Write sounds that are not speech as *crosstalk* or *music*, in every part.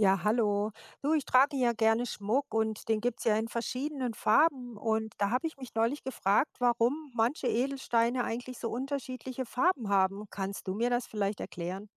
Ja, hallo. Du, ich trage ja gerne Schmuck und den gibt's ja in verschiedenen Farben. Und da habe ich mich neulich gefragt, warum manche Edelsteine eigentlich so unterschiedliche Farben haben. Kannst du mir das vielleicht erklären?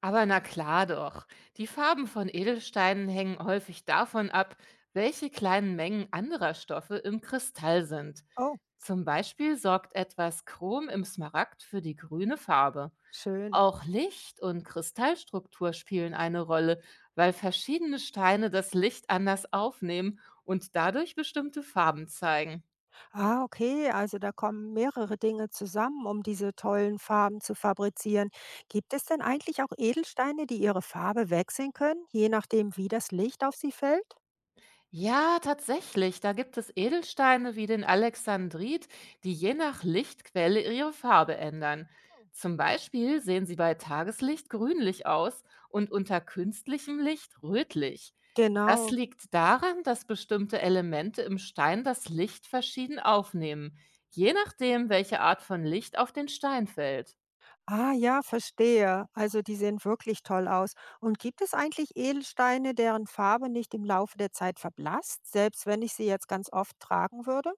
Aber na klar doch. Die Farben von Edelsteinen hängen häufig davon ab, welche kleinen Mengen anderer Stoffe im Kristall sind. Oh, Zum Beispiel sorgt etwas Chrom im Smaragd für die grüne Farbe. schön. Auch Licht und Kristallstruktur spielen eine Rolle, weil verschiedene Steine das Licht anders aufnehmen und dadurch bestimmte Farben zeigen. Ah, okay. Also da kommen mehrere Dinge zusammen, um diese tollen Farben zu fabrizieren. Gibt es denn eigentlich auch Edelsteine, die ihre Farbe wechseln können, je nachdem, wie das Licht auf sie fällt? Ja, tatsächlich. Da gibt es Edelsteine wie den Alexandrit, die je nach Lichtquelle ihre Farbe ändern. Zum Beispiel sehen sie bei Tageslicht grünlich aus und unter künstlichem Licht rötlich. Das Genau. liegt daran, dass bestimmte Elemente im Stein das Licht verschieden aufnehmen, je nachdem, welche Art von Licht auf den Stein fällt. Ah ja, verstehe. Also die sehen wirklich toll aus. Und gibt es eigentlich Edelsteine, deren Farbe nicht im Laufe der Zeit verblasst, selbst wenn ich sie jetzt ganz oft tragen würde?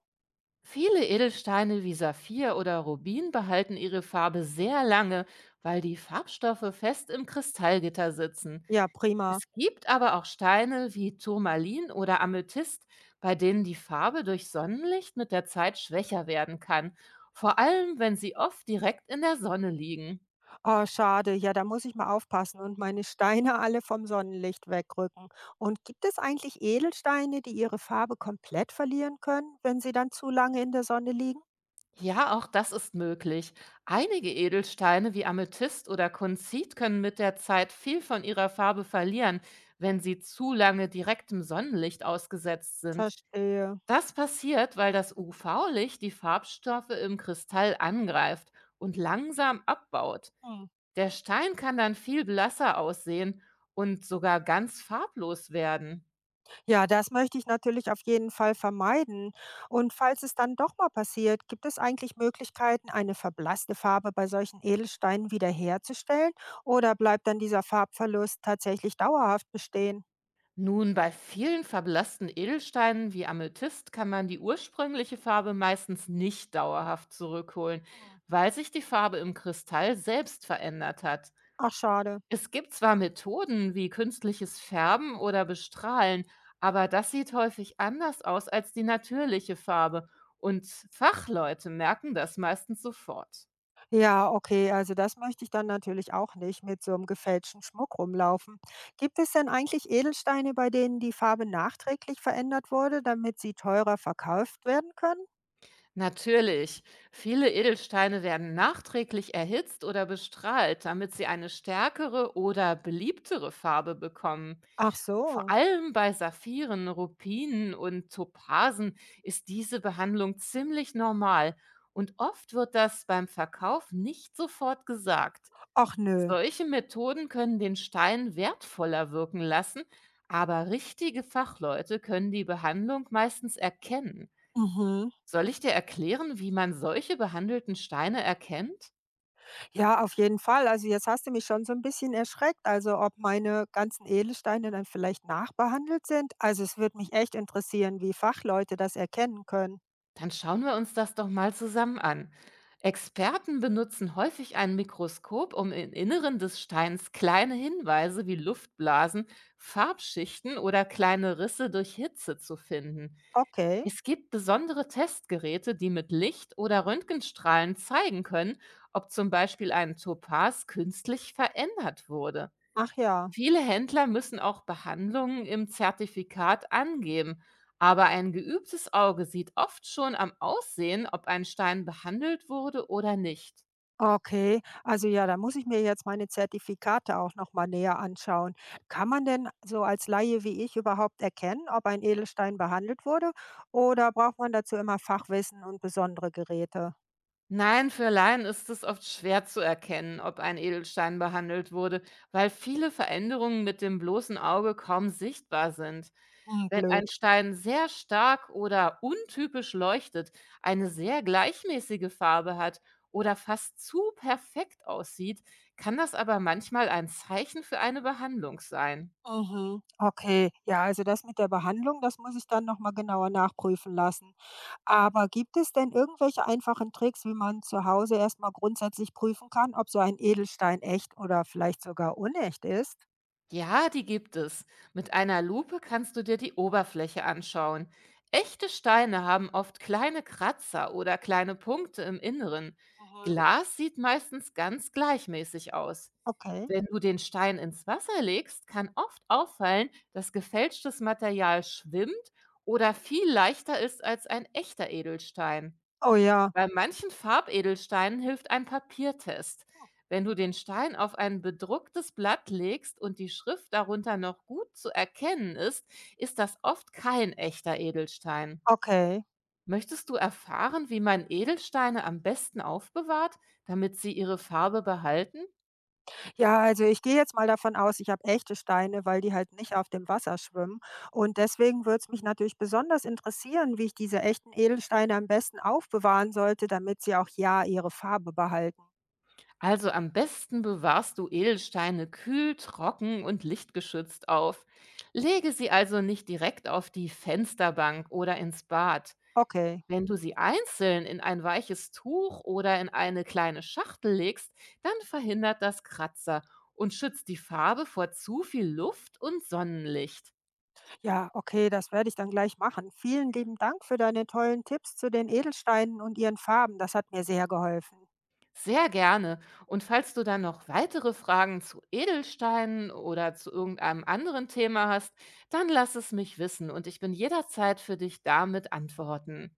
Viele Edelsteine wie Saphir oder Rubin behalten ihre Farbe sehr lange, weil die Farbstoffe fest im Kristallgitter sitzen. Ja, prima. Es gibt aber auch Steine wie Turmalin oder Amethyst, bei denen die Farbe durch Sonnenlicht mit der Zeit schwächer werden kann, vor allem wenn sie oft direkt in der Sonne liegen. Oh, schade. Ja, da muss ich mal aufpassen und meine Steine *laughs* alle vom Sonnenlicht wegrücken. Und gibt es eigentlich Edelsteine, die ihre Farbe komplett verlieren können, wenn sie dann zu lange in der Sonne liegen? Ja, auch das ist möglich. Einige Edelsteine wie Amethyst oder Konzit können mit der Zeit viel von ihrer Farbe verlieren, wenn sie zu lange direktem Sonnenlicht ausgesetzt sind. Verstehe. Das passiert, weil das UV-Licht die Farbstoffe im Kristall angreift und langsam abbaut. Hm. Der Stein kann dann viel blasser aussehen und sogar ganz farblos werden. Ja, das möchte ich natürlich auf jeden Fall vermeiden. Und falls es dann doch mal passiert, gibt es eigentlich Möglichkeiten, eine verblasste Farbe bei solchen Edelsteinen wiederherzustellen? Oder bleibt dann dieser Farbverlust tatsächlich dauerhaft bestehen? Nun, bei vielen verblassten Edelsteinen wie Amethyst kann man die ursprüngliche Farbe meistens nicht dauerhaft zurückholen, Hm. weil sich die Farbe im Kristall selbst verändert hat. Ach, schade. Es gibt zwar Methoden wie künstliches Färben oder Bestrahlen, aber das sieht häufig anders aus als die natürliche Farbe und Fachleute merken das meistens sofort. Ja, okay, also das möchte ich dann natürlich auch nicht mit so einem gefälschten Schmuck rumlaufen. Gibt es denn eigentlich Edelsteine, bei denen die Farbe nachträglich verändert wurde, damit sie teurer verkauft werden können? Natürlich. Viele Edelsteine werden nachträglich erhitzt oder bestrahlt, damit sie eine stärkere oder beliebtere Farbe bekommen. Ach Vor so. allem bei Saphiren, Rupinen und Topasen ist diese Behandlung ziemlich normal und oft wird das beim Verkauf nicht sofort gesagt. Ach nö. Solche Methoden können den Stein wertvoller wirken lassen, aber richtige Fachleute können die Behandlung meistens erkennen. Mhm. Soll ich dir erklären, wie man solche behandelten Steine erkennt? Ja, auf jeden Fall. Also jetzt hast du mich schon so ein bisschen erschreckt, also ob meine ganzen Edelsteine dann vielleicht nachbehandelt sind. Also es würde mich echt interessieren, wie Fachleute das erkennen können. Dann schauen wir uns das doch mal zusammen an. Experten benutzen häufig ein Mikroskop, um im Inneren des Steins kleine Hinweise wie Luftblasen, Farbschichten oder kleine Risse durch Hitze zu finden. Okay. Es gibt besondere Testgeräte, die mit Licht oder Röntgenstrahlen zeigen können, ob zum Beispiel ein Topaz künstlich verändert wurde. Ach ja. Viele Händler müssen auch Behandlungen im Zertifikat angeben, aber ein geübtes Auge sieht oft schon am Aussehen, ob ein Stein behandelt wurde oder nicht. Okay. Also ja, da muss ich mir jetzt meine Zertifikate auch noch mal näher anschauen. Kann man denn so als Laie wie ich überhaupt erkennen, ob ein Edelstein behandelt wurde oder braucht man dazu immer Fachwissen und besondere Geräte? Nein, für Laien ist es oft schwer zu erkennen, ob ein Edelstein behandelt wurde, weil viele Veränderungen mit dem bloßen Auge kaum sichtbar sind. Hm, Wenn blöd. ein Stein sehr stark oder untypisch leuchtet, eine sehr gleichmäßige Farbe hat oder fast zu perfekt aussieht, kann das aber manchmal ein Zeichen für eine Behandlung sein. Mhm. Okay, ja, also das mit der Behandlung, das muss ich dann nochmal genauer nachprüfen lassen. Aber gibt es denn irgendwelche einfachen Tricks, wie man zu Hause erstmal grundsätzlich prüfen kann, ob so ein Edelstein echt oder vielleicht sogar unecht ist? Ja, die gibt es. Mit einer Lupe kannst du dir die Oberfläche anschauen. Echte Steine haben oft kleine Kratzer oder kleine Punkte im Inneren. Mhm. Glas sieht meistens ganz gleichmäßig aus. Okay. Wenn du den Stein ins Wasser legst, kann oft auffallen, dass gefälschtes Material schwimmt oder viel leichter ist als ein echter Edelstein. Oh ja. Bei manchen Farbedelsteinen hilft ein Papiertest. Hm. Wenn du den Stein auf ein bedrucktes Blatt legst und die Schrift darunter noch gut zu erkennen ist, ist das oft kein echter Edelstein. Okay. Möchtest du erfahren, wie man Edelsteine am besten aufbewahrt, damit sie ihre Farbe behalten? Ja, also ich gehe jetzt mal davon aus, ich habe echte Steine, weil die halt nicht auf dem Wasser schwimmen. Und deswegen würde es mich natürlich besonders interessieren, wie ich diese echten Edelsteine am besten aufbewahren sollte, damit sie auch ja ihre Farbe behalten. Also am besten bewahrst du Edelsteine kühl, trocken und lichtgeschützt auf. Lege sie also nicht direkt auf die Fensterbank oder ins Bad. Okay, Wenn du sie einzeln in ein weiches Tuch oder in eine kleine Schachtel legst, dann verhindert das Kratzer und schützt die Farbe vor zu viel Luft und Sonnenlicht. ja, okay, das werde ich dann gleich machen. Vielen lieben Dank für deine tollen Tipps zu den Edelsteinen und ihren Farben. Das hat mir sehr geholfen. Sehr gerne. Und falls du dann noch weitere Fragen zu Edelsteinen oder zu irgendeinem anderen Thema hast, dann lass es mich wissen und ich bin jederzeit für dich damit antworten.